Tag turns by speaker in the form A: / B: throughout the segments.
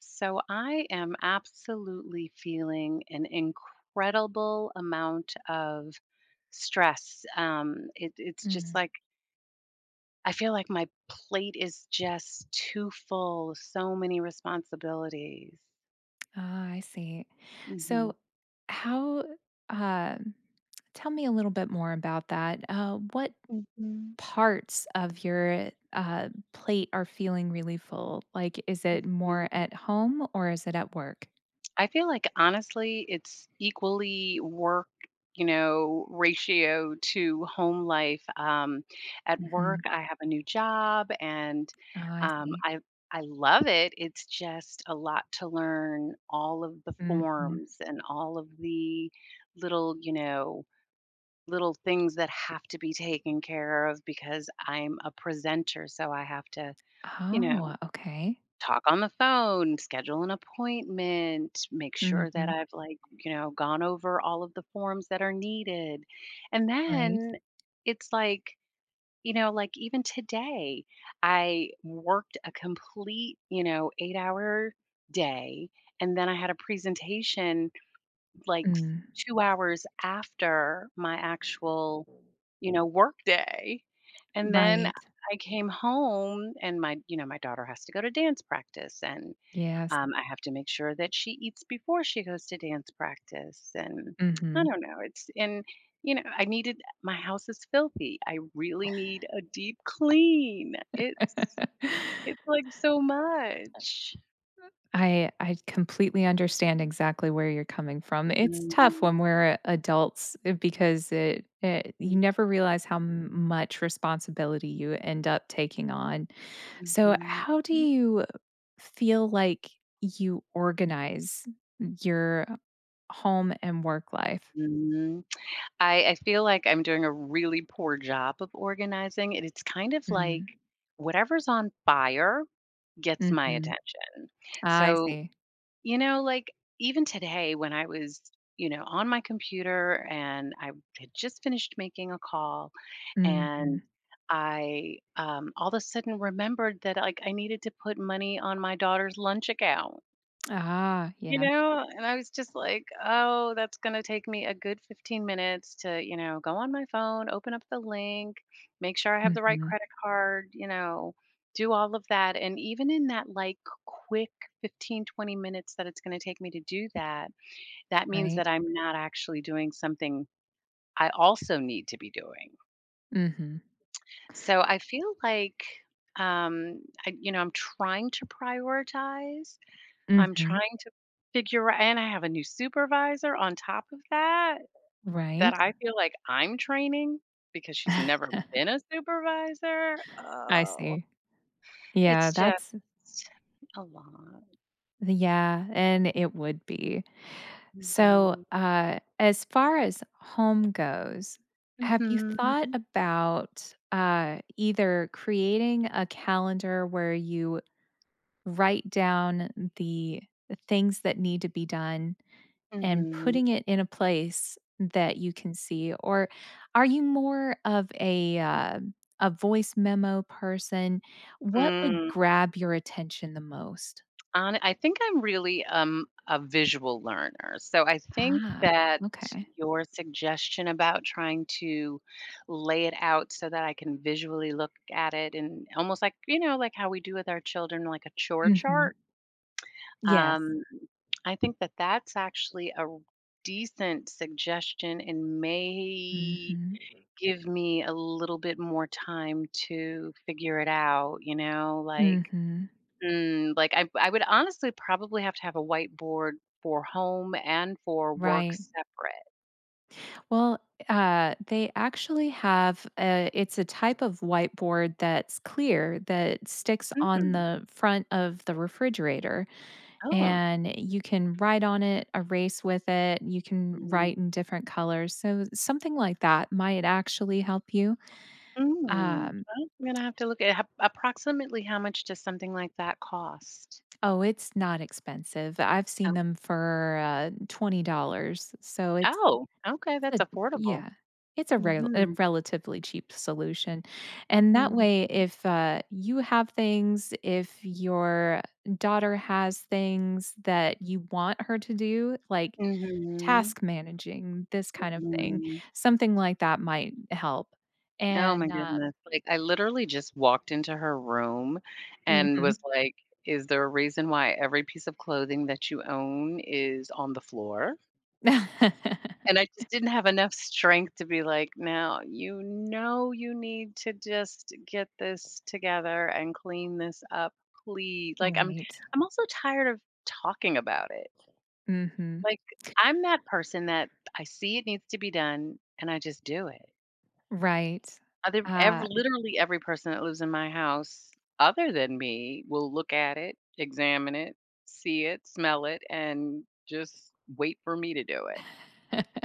A: So I am absolutely feeling an incredible amount of stress. It's just
B: Mm.
A: like I feel like my plate is just too full. So many responsibilities.
B: Ah, I see.
A: Hmm.
B: So, how, uh, tell me a little bit more about that. What parts of your plate are feeling really full? Like, is it more
A: Mhm.
B: at home or is it at work?
A: I feel like honestly, it's equally work, ratio to home life. At work,
B: Mhm.
A: I have a new job, and
B: Ah, I
A: um,
B: see.
A: I I love it. It's just a lot to learn all of the
B: Mhm.
A: forms and all of the little, you know, little things that have to be taken care of because I'm a presenter, so I have to, you know,
B: Oh, okay.
A: talk on the phone, schedule an appointment, make sure that
B: Mhm.
A: I've like, gone over all of the forms that are needed. And
B: Right.
A: then it's like, like even today, I worked a complete, 8-hour day. And then I had a presentation like
B: Mm,
A: 2 hours after my actual, work day. And then
B: right.
A: I came home and my daughter has to go to dance practice and
B: Yes.
A: I have to make sure that she eats before she goes to dance practice. And I
B: Mhm.
A: don't know. It's, and I needed, my house is filthy. I really need a deep clean. It's like so much.
B: I completely understand exactly where you're coming from. It's tough when
A: Mhm.
B: we're adults because it you never realize how much responsibility you end up taking on. So,
A: Mhm.
B: how do you feel like you organize your home and work life?
A: Mhm. I feel like I'm doing a really poor job of organizing. And it's kind of
B: Mm,
A: like whatever's on fire gets my
B: mhm.
A: attention.
B: I
A: So,
B: see.
A: Like even today when I was, on my computer and I had just finished making a call and
B: Mhm.
A: I all of a sudden remembered that like I needed to put money on my daughter's lunch account.
B: Ah, yeah.
A: And I was just like, "Oh, that's gonna take me a good 15 minutes to, go on my phone, open up the link, make sure I have the right
B: Mhm.
A: credit card, do all of that." And even in that, like, quick 15, 20 minutes that it's gonna take me to do that, that means
B: Right.
A: that I'm not actually doing something I also need to be doing.
B: Mhm.
A: So I feel like, I'm trying to prioritize. I'm
B: Mhm.
A: trying to figure out, and I have a new supervisor on top of that, that
B: Right.
A: I feel like I'm training because she's never been a supervisor.
B: I
A: Oh,
B: see. Yeah,
A: it's just
B: that's
A: a lot.
B: yeah, and it would be. So,
A: Mhm.
B: as far as home goes, have you
A: Mhm.
B: thought about, either creating a calendar where you write down the things that need to be done and
A: Mhm.
B: putting it in a place that you can see? Or are you more of a voice memo person? What would
A: Mm.
B: grab your attention the most?
A: Hone I think I'm really, a visual learner, so I think
B: Ah,
A: that
B: okay.
A: your suggestion about trying to lay it out so that I can visually look at it, and almost like like how we do with our children, like a chore
B: Mhm.
A: chart?
B: Yes.
A: Um, I think that that's actually a decent suggestion and may
B: Mhm.
A: give me a little bit more time to figure it out, you know, like
B: Mhm.
A: Mm, like, I would honestly probably have to have a whiteboard for home and for work
B: Right.
A: separate.
B: Well, they actually have a, it's a type of whiteboard that's clear that sticks on
A: Mm,
B: the front of the refrigerator,
A: oh.
B: and you can write on it, erase with it, you can write
A: Mhm.
B: in different colors. So, something like that might actually help you.
A: Mm,
B: Um,
A: well, I'm gonna have to look at ho approximately how much does something like that cost?
B: oh, it's not expensive. I've seen
A: Oh,
B: them for $20. So, it's,
A: oh, okay, that's
B: it's a,
A: affordable.
B: yeah. It's a, a
A: Mhm.
B: relatively cheap solution. And that
A: Mhm.
B: way, if you have things, if your daughter has things that you want her to do, like
A: Mhm.
B: task managing, this kind of thing.
A: Mhm.
B: Something like that might help.
A: Oh my
B: And, uh
A: goodness, like, I literally just walked into her room and
B: mhm.
A: was like, "Is there a reason why every piece of clothing that you own is on the floor?" And I just didn't have enough strength to be like, "Now, you know you need to just get this together and clean this up, please." Like, I'm
B: Right.
A: I'm also tired of talking about it.
B: Mhm.
A: Like, I'm that person that I see it needs to be done, and I just do it.
B: Right.
A: Other ev
B: Uh,
A: literally every person that lives in my house other than me will look at it, examine it, see it, smell it, and just wait for me to do it.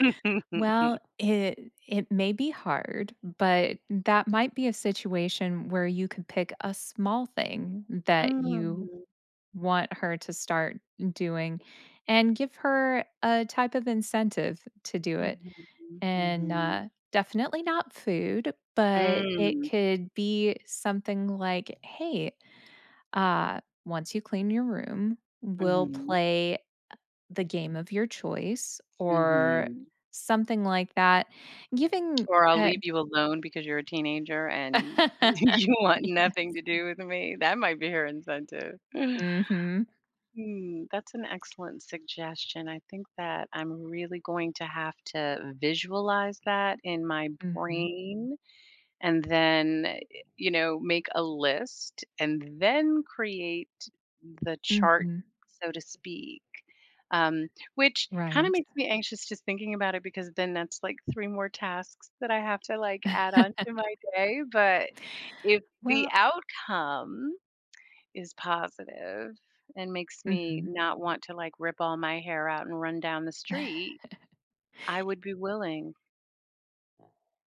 B: well, it may be hard, but that might be a situation where you could pick a small thing that you
A: Mm.
B: want her to start doing and give her a type of incentive to do it.
A: Mhm,
B: And,
A: mhm.
B: definitely not food, but it
A: Mm,
B: could be something like, "Hey, once you clean your room, we'll
A: mhm,
B: play the game of your choice," or
A: mhm.
B: something like that. Giving
A: Or I'll
B: a
A: leave you alone because you're a teenager and you want nothing to do with me. That might be her incentive.
B: Mhm,
A: Hmm, that's an excellent suggestion. I think that I'm really going to have to visualize that in my
B: mhm, mhm,
A: brain, and then make a list and then create the chart, so to speak, um, which kind of
B: right.
A: makes me anxious just thinking about it, because then that's like three more tasks that I have to like add on to my day. But if the
B: Well
A: outcome is positive and makes me
B: mhm.
A: not want to like rip all my hair out and run down the street, I would be willing.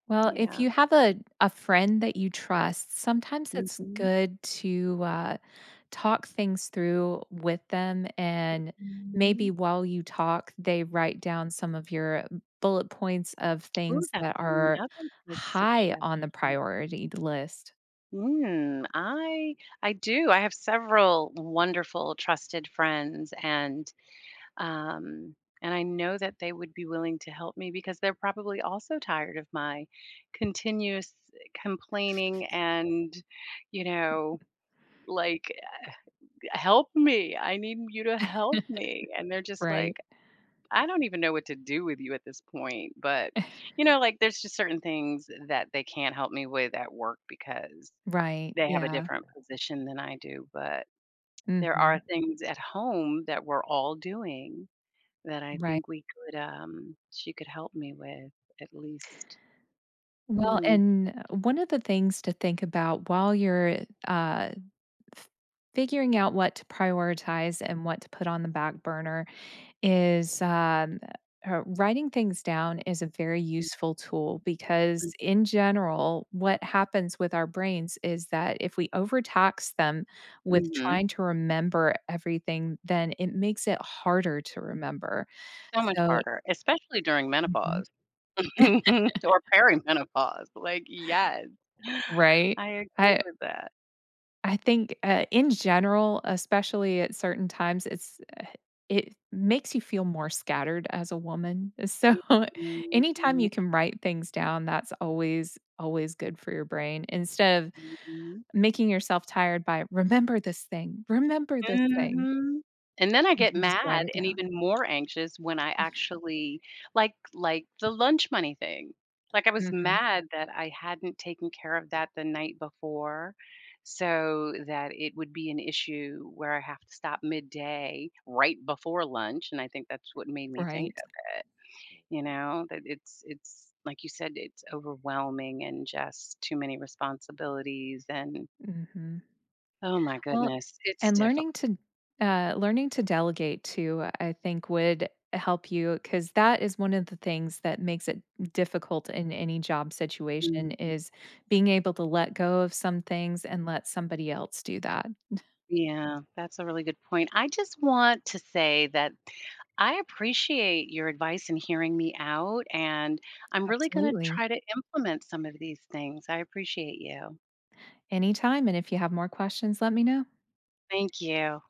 B: Well, if
A: Yeah.
B: you have a friend that you trust, sometimes it's
A: Hmm.
B: good to, talk things through with them and maybe while you talk, they write down some of your bullet points of
A: Ooh,
B: things
A: that's
B: that are
A: another good
B: high on the
A: suggestion.
B: priority list,
A: Mm, I do. I have several wonderful trusted friends, and um and I know that they would be willing to help me because they're probably also tired of my continuous complaining and, you know like, "Help me. I need you to help me." And they're just
B: right?
A: like, "I don't even know what to do with you at this point." But, like, there's just certain things that they can't help me with at work because
B: Right.
A: they have a
B: Yeah.
A: different position than I do. But there are
B: Mhm.
A: things at home that we're all doing that I
B: Right.
A: think she could help me with, at least.
B: Well,
A: Mm-hmm.
B: and one of the things to think about while you're, uh, f figuring out what to prioritize and what to put on the back burner is, writing things down is a very useful tool because, in general, what happens with our brains is that if we overtax them with trying to remember everything, then it makes it harder to remember.
A: So much
B: So,
A: harder, especially during
B: Mhm.
A: menopause or perimenopause. Like, yes,
B: Right?
A: I agree
B: I
A: with that.
B: I think, in general, especially at certain times, it makes you feel more scattered as a woman. So,
A: Mhm,
B: anytime
A: mhm,
B: you can write things down, that's always always good for your brain instead of
A: mhm.
B: making yourself tired by remember this thing, remember this thing.
A: Mhm. And then I
B: You
A: get
B: can just write
A: mad
B: it
A: and
B: down.
A: even more anxious when I actually like the lunch money thing. Like, I was
B: Mhm.
A: mad that I hadn't taken care of that the night before so that it would be an issue where I have to stop midday right before lunch, and I think that's what made me think
B: Right.
A: of it, that it's like you said, it's overwhelming and just too many responsibilities, and
B: Mhm.
A: oh my
B: Well,
A: goodness, it's
B: and
A: difficult.
B: learning to learning to delegate too, I think would help you because that is one of the things that makes it difficult in any job situation is being able to let go of some things and let somebody else do that.
A: Yeah, that's a really good point. I just want to say that I appreciate your advice and hearing me out, and I'm really going to
B: Absolutely.
A: try to implement some of these things. I appreciate you.
B: Anytime. And if you have more questions, let me know.
A: Thank you.